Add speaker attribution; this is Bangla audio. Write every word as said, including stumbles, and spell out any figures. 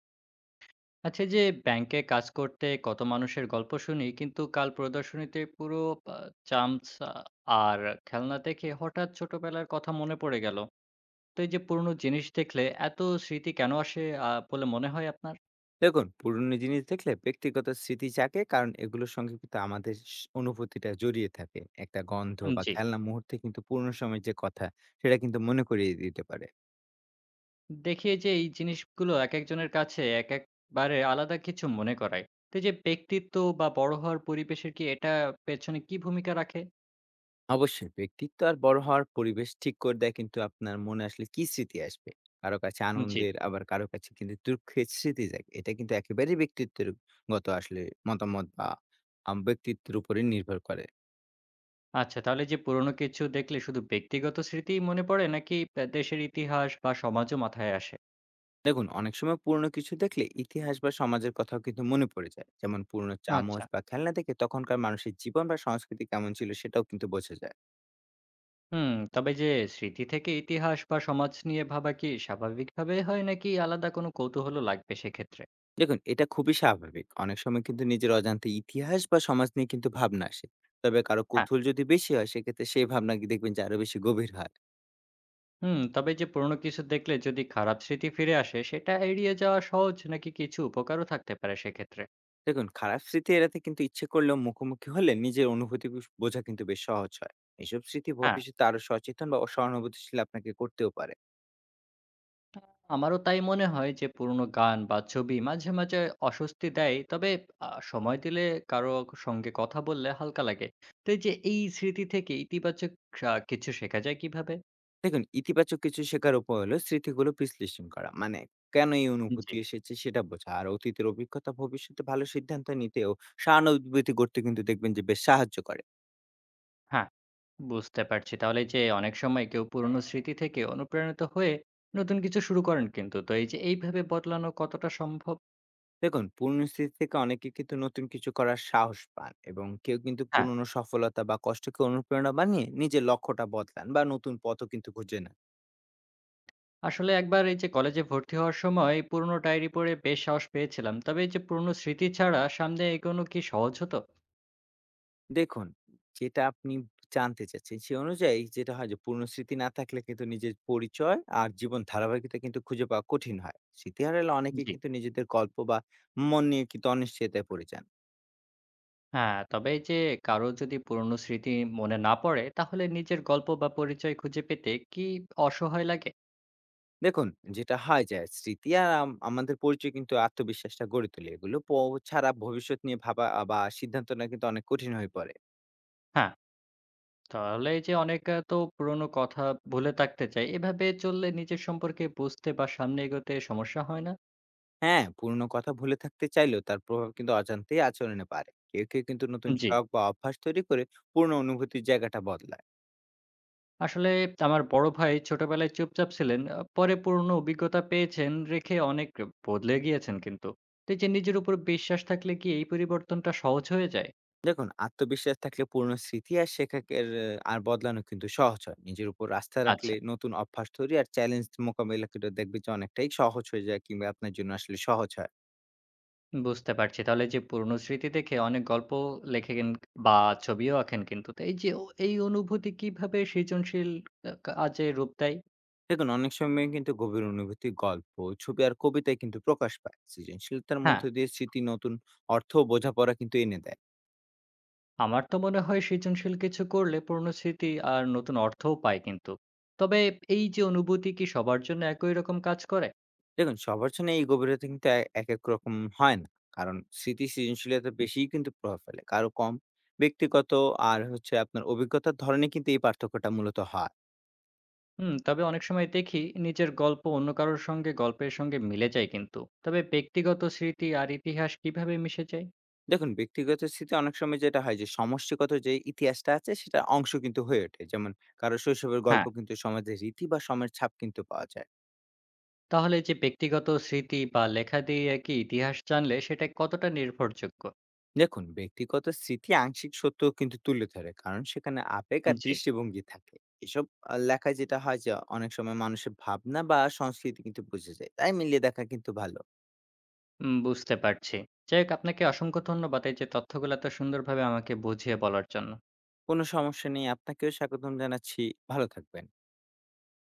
Speaker 1: আচ্ছা, এই যে ব্যাংকে কাজ করতে কত মানুষের গল্প শুনি, কিন্তু কাল প্রদর্শনীতে পুরো আ, চামচ আ, আর খেলনা দেখে হঠাৎ ছোটবেলার কথা মনে পড়ে গেল। তো এই যে পুরনো জিনিস দেখলে এত স্মৃতি কেন আসে আ, বলে মনে হয় আপনার?
Speaker 2: দেখুন, পুরনো জিনিস দেখলে ব্যক্তিগত স্মৃতি জাগে, কারণ এগুলোর সঙ্গে কিন্তু আমাদের স- অনুভূতিটা জড়িয়ে থাকে। একটা গন্ধ
Speaker 1: উম,
Speaker 2: বা
Speaker 1: জি,
Speaker 2: খেলনা মুহূর্তে কিন্তু পুরনো সময়ের যে কথা, সেটা কিন্তু মনে করিয়ে দিতে পারে।
Speaker 1: দেখি এই যে এই জিনিসগুলো এক একজনের কাছে এক একবারে আলাদা কিছু মনে করায়। তো এই যে ব্যক্তিত্ব বা বড় হওয়ার পরিবেশের কি এটা পেছনে কি ভূমিকা রাখে?
Speaker 2: অবশ্যই ব্যক্তিত্ব আর বড় হওয়ার পরিবেশ ঠিক করে দেয় কিন্তু আপনার মনে আসলে কি স্মৃতি আসবে। কারো কাছে
Speaker 1: উম, জি।
Speaker 2: আনন্দের, আবার কারো কাছে কিন্তু দুঃখের স্মৃতি জাগে। এটা কিন্তু একেবারেই ব্যক্তিত্বের গত আসলে মতামত বা আম, ব্যক্তিত্বের উপরে নির্ভর করে।
Speaker 1: আচ্ছা, তাহলে যে পুরনো কিছু দেখলে শুধু ব্যক্তিগত স্মৃতিই মনে পড়ে নাকি আ দেশের ইতিহাস বা সমাজও মাথায় আসে?
Speaker 2: দেখুন, অনেক সময় পুরনো কিছু দেখলে ইতিহাস বা সমাজের কথাও কিন্তু মনে পড়ে যায়। যেমন পুরনো
Speaker 1: আচ্ছা।
Speaker 2: চামচ বা খেলনা দেখে তখনকার মানুষের জীবন বা সংস্কৃতি কেমন ছিল, সেটাও কিন্তু বোঝা যায়।
Speaker 1: হুম, তবে যে স্মৃতি থেকে ইতিহাস বা সমাজ নিয়ে ভাবা কি স্বাভাবিকভাবে হয় নাকি আলাদা কোনো কৌতূহলও লাগবে সেক্ষেত্রে?
Speaker 2: দেখুন, এটা খুবই স্বাভাবিক। অনেক সময় কিন্তু নিজের অজান্তে ইতিহাস বা সমাজ নিয়ে কিন্তু ভাবনা আসে। তবে কারো
Speaker 1: হ্যাঁ।
Speaker 2: কুতুল যদি বেশি হয় সেক্ষেত্রে সেই ভাবনা কি দেখবেন যে আরো বেশি গভীর হয়।
Speaker 1: হুম, তবে যে পুরনো কিছু দেখলে যদি খারাপ স্মৃতি ফিরে আসে সেটা এড়িয়ে যাওয়া সহজ নাকি কিছু উপকারও থাকতে পারে সেক্ষেত্রে?
Speaker 2: দেখুন, খারাপ স্মৃতি এড়াতে কিন্তু ইচ্ছে করলেও মুখোমুখি হলে নিজের অনুভূতি বুঝ- বোঝা কিন্তু বেশ সহজ হয়। এসব স্মৃতি
Speaker 1: হ্যাঁ।
Speaker 2: ভবিষ্যতে আরো সচেতন বা সহানুভূতিশীল আপনাকে করতেও পারে।
Speaker 1: আমারও তাই মনে হয় যে পুরোনো গান বা ছবি মাঝে মাঝে অস্বস্তি দেয়। তবে আ সময় দিলে কারো সঙ্গে কথা বললে হালকা লাগে। তো এই যে এই স্মৃতি থেকে ইতিবাচক আ কিছু শেখা যায় কিভাবে?
Speaker 2: দেখুন, ইতিবাচক কিছু শেখার উপায় হলো স্মৃতিগুলো বিশ্লেষণ করা। মানে কেন এই
Speaker 1: জি,
Speaker 2: অনুভূতি এসেছে সেটা বোঝা। আর অতীতের অভিজ্ঞতা ভবিষ্যতে ভালো সিদ্ধান্ত নিতেও সহানুভূতি করতে কিন্তু দেখবেন যে বেশ সাহায্য করে।
Speaker 1: হ্যাঁ। বুঝতে পারছি। তাহলে এই যে অনেক সময় কেউ পুরোনো স্মৃতি থেকে অনুপ্রাণিত হয়ে নতুন কিছু শুরু করেন কিন্তু। তো এই যে এইভাবে বদলানো কতটা সম্ভব?
Speaker 2: দেখুন, পুরনো স্মৃতি থেকে অনেকে কিন্তু নতুন কিছু করার সাহস পান, এবং কেউ কিন্তু
Speaker 1: হ্যাঁ,
Speaker 2: পুরনো সফলতা বা কষ্টকে অনুপ্রেরণা বানিয়ে নিজের লক্ষ্যটা বদলান বা নতুন পথও কিন্তু খুঁজে নেন।
Speaker 1: আসলে একবার এই যে কলেজে ভর্তি হওয়ার সময় পুরোনো ডায়েরি পড়ে বেশ সাহস পেয়েছিলাম। তবে এই যে পুরোনো স্মৃতি ছাড়া সামনে এগোনো কি সহজ হতো?
Speaker 2: দেখুন, যেটা আপনি জানতে চাচ্ছেন সে অনুযায়ী যেটা হয় যে পূর্ণ স্মৃতি না থাকলে কিন্তু নিজের পরিচয় আর জীবন ধারাবাহিকতা কিন্তু খুঁজে পাওয়া কঠিন হয়। স্মৃতি হারালে অনেকেই
Speaker 1: জি।
Speaker 2: কিন্তু নিজেদের গল্প বা মন নিয়ে কিন্তু অনিশ্চয়তায় পড়ে যান।
Speaker 1: হ্যাঁ, তবে এই যে কারো যদি পুরনো স্মৃতি মনে না পড়ে, তাহলে নিজের গল্প বা পরিচয় খুঁজে পেতে কি অসহায় লাগে?
Speaker 2: দেখুন, যেটা হয় যে স্মৃতি আর আম আমাদের পরিচয় কিন্তু আত্মবিশ্বাসটা গড়ে তোলে। এগুলো প ছাড়া ভবিষ্যৎ নিয়ে ভাবা আ বা সিদ্ধান্ত নেওয়া কিন্তু অনেক কঠিন হয়ে পড়ে।
Speaker 1: হ্যাঁ, তাহলে এই যে অনেকে তো পুরনো কথা ভুলে থাকতে চায়। এভাবে চললে নিজের সম্পর্কে বুঝতে বা সামনে এগোতে সমস্যা হয় না?
Speaker 2: হ্যাঁ, পুরনো কথা ভুলে থাকতে চাইলেও তার প্রভাব কিন্তু অজান্তেই আচরণে বাড়ে। কেউ, কেউ কিন্তু নতুন
Speaker 1: জি,
Speaker 2: শখ বা অভ্যাস তৈরি করে পুরনো অনুভূতির জায়গাটা বদলায়।
Speaker 1: আসলে আমার বড় ভাই ছোটবেলায় চুপচাপ ছিলেন। আ পরে পুরনো অভিজ্ঞতা পেয়েছেন রেখে অনেক বদলে গিয়েছেন কিন্তু। তো এই যে নিজের উপর বিশ্বাস থাকলে কি এই পরিবর্তনটা সহজ হয়ে যায়?
Speaker 2: দেখুন, আত্মবিশ্বাস থাকলে পুরনো স্মৃতি আর শেখাকে এর আর বদলানো কিন্তু সহজ হয়। নিজের উপর আস্থা
Speaker 1: আচ্ছা।
Speaker 2: রাখলে নতুন অভ্যাস তৈরি আর চ্যালেঞ্জ মোকাবিলা কিন্তু দেখবেন যে অনেকটাই সহজ হয়ে যায়, কিংবা আপনার জন্য আসলে সহজ হয়।
Speaker 1: বুঝতে পারছি। তাহলে যে পুরনো স্মৃতি দেখে অনেক গল্প লেখেন বা ছবিও আঁকেন কিন্তু। তো এই যে ও এই অনুভূতি কিভাবে সৃজনশীল আ কাজে রূপ দেয়?
Speaker 2: দেখুন, অনেক সময় কিন্তু গভীর অনুভূতি, গল্প, ছবি আর কবিতায় কিন্তু প্রকাশ পায়। সৃজনশীলতার
Speaker 1: হ্যাঁ,
Speaker 2: মধ্য দিয়ে স্মৃতি নতুন অর্থ ও বোঝাপড়া কিন্তু এনে দেয়।
Speaker 1: আমার তো মনে হয় সৃজনশীল কিছু করলে পুরনো স্মৃতি আর নতুন অর্থও পায় কিন্তু। তবে এই যে অনুভূতি কি সবার জন্য একই রকম কাজ করে?
Speaker 2: দেখুন, সবার জন্য এই গভীরতা কিন্তু এ একেক রকম হয় না। কারণ স্মৃতি সৃজনশীলতা বেশিই কিন্তু প্রভাব ফেলে, কারো কম। ব্যক্তিগত আর হচ্ছে আপনার অভিজ্ঞতার ধরনে কিন্তু এই পার্থক্যটা মূলত হয়।
Speaker 1: হুম, তবে অনেক সময় দেখি নিজের গল্প অন্য কারোর সঙ্গে গল্পের সঙ্গে মিলে যায় কিন্তু। তবে ব্যক্তিগত স্মৃতি আর ইতিহাস কিভাবে মিশে যায়?
Speaker 2: দেখুন, ব্যক্তিগত স্মৃতি অনেক সময় যেটা হয় যে সমষ্টিগত যে ইতিহাসটা আছে সেটা অংশ কিন্তু হয়ে ওঠে। যেমন কারো শৈশবের
Speaker 1: হ্যাঁ।
Speaker 2: গল্প কিন্তু সমাজের রীতি বা সময়ের ছাপ কিন্তু পাওয়া যায়।
Speaker 1: তাহলে যে ব্যক্তিগত স্মৃতি বা লেখা দিয়ে কি ইতিহাস জানলে সেটা কতটা নির্ভরযোগ্য?
Speaker 2: দেখুন, ব্যক্তিগত স্মৃতি আংশিক সত্য কিন্তু তুলে ধরে, কারণ সেখানে আবেগ আর
Speaker 1: জি।
Speaker 2: দৃষ্টিভঙ্গি থাকে। এসব আহ, লেখায় যেটা হয় যে অনেক সময় মানুষের ভাবনা বা সংস্কৃতি কিন্তু বুঝে যায়, তাই মিলিয়ে দেখা কিন্তু ভালো।
Speaker 1: উম, বুঝতে পারছি। যাই হোক, আপনাকে অসংখ্য ধন্যবাদ এই যে তথ্যগুলো এত সুন্দরভাবে আমাকে বুঝিয়ে বলার জন্য।
Speaker 2: কোনো সমস্যা নেই, আপনাকেও স্বাগতম জানাচ্ছি। ভালো থাকবেন।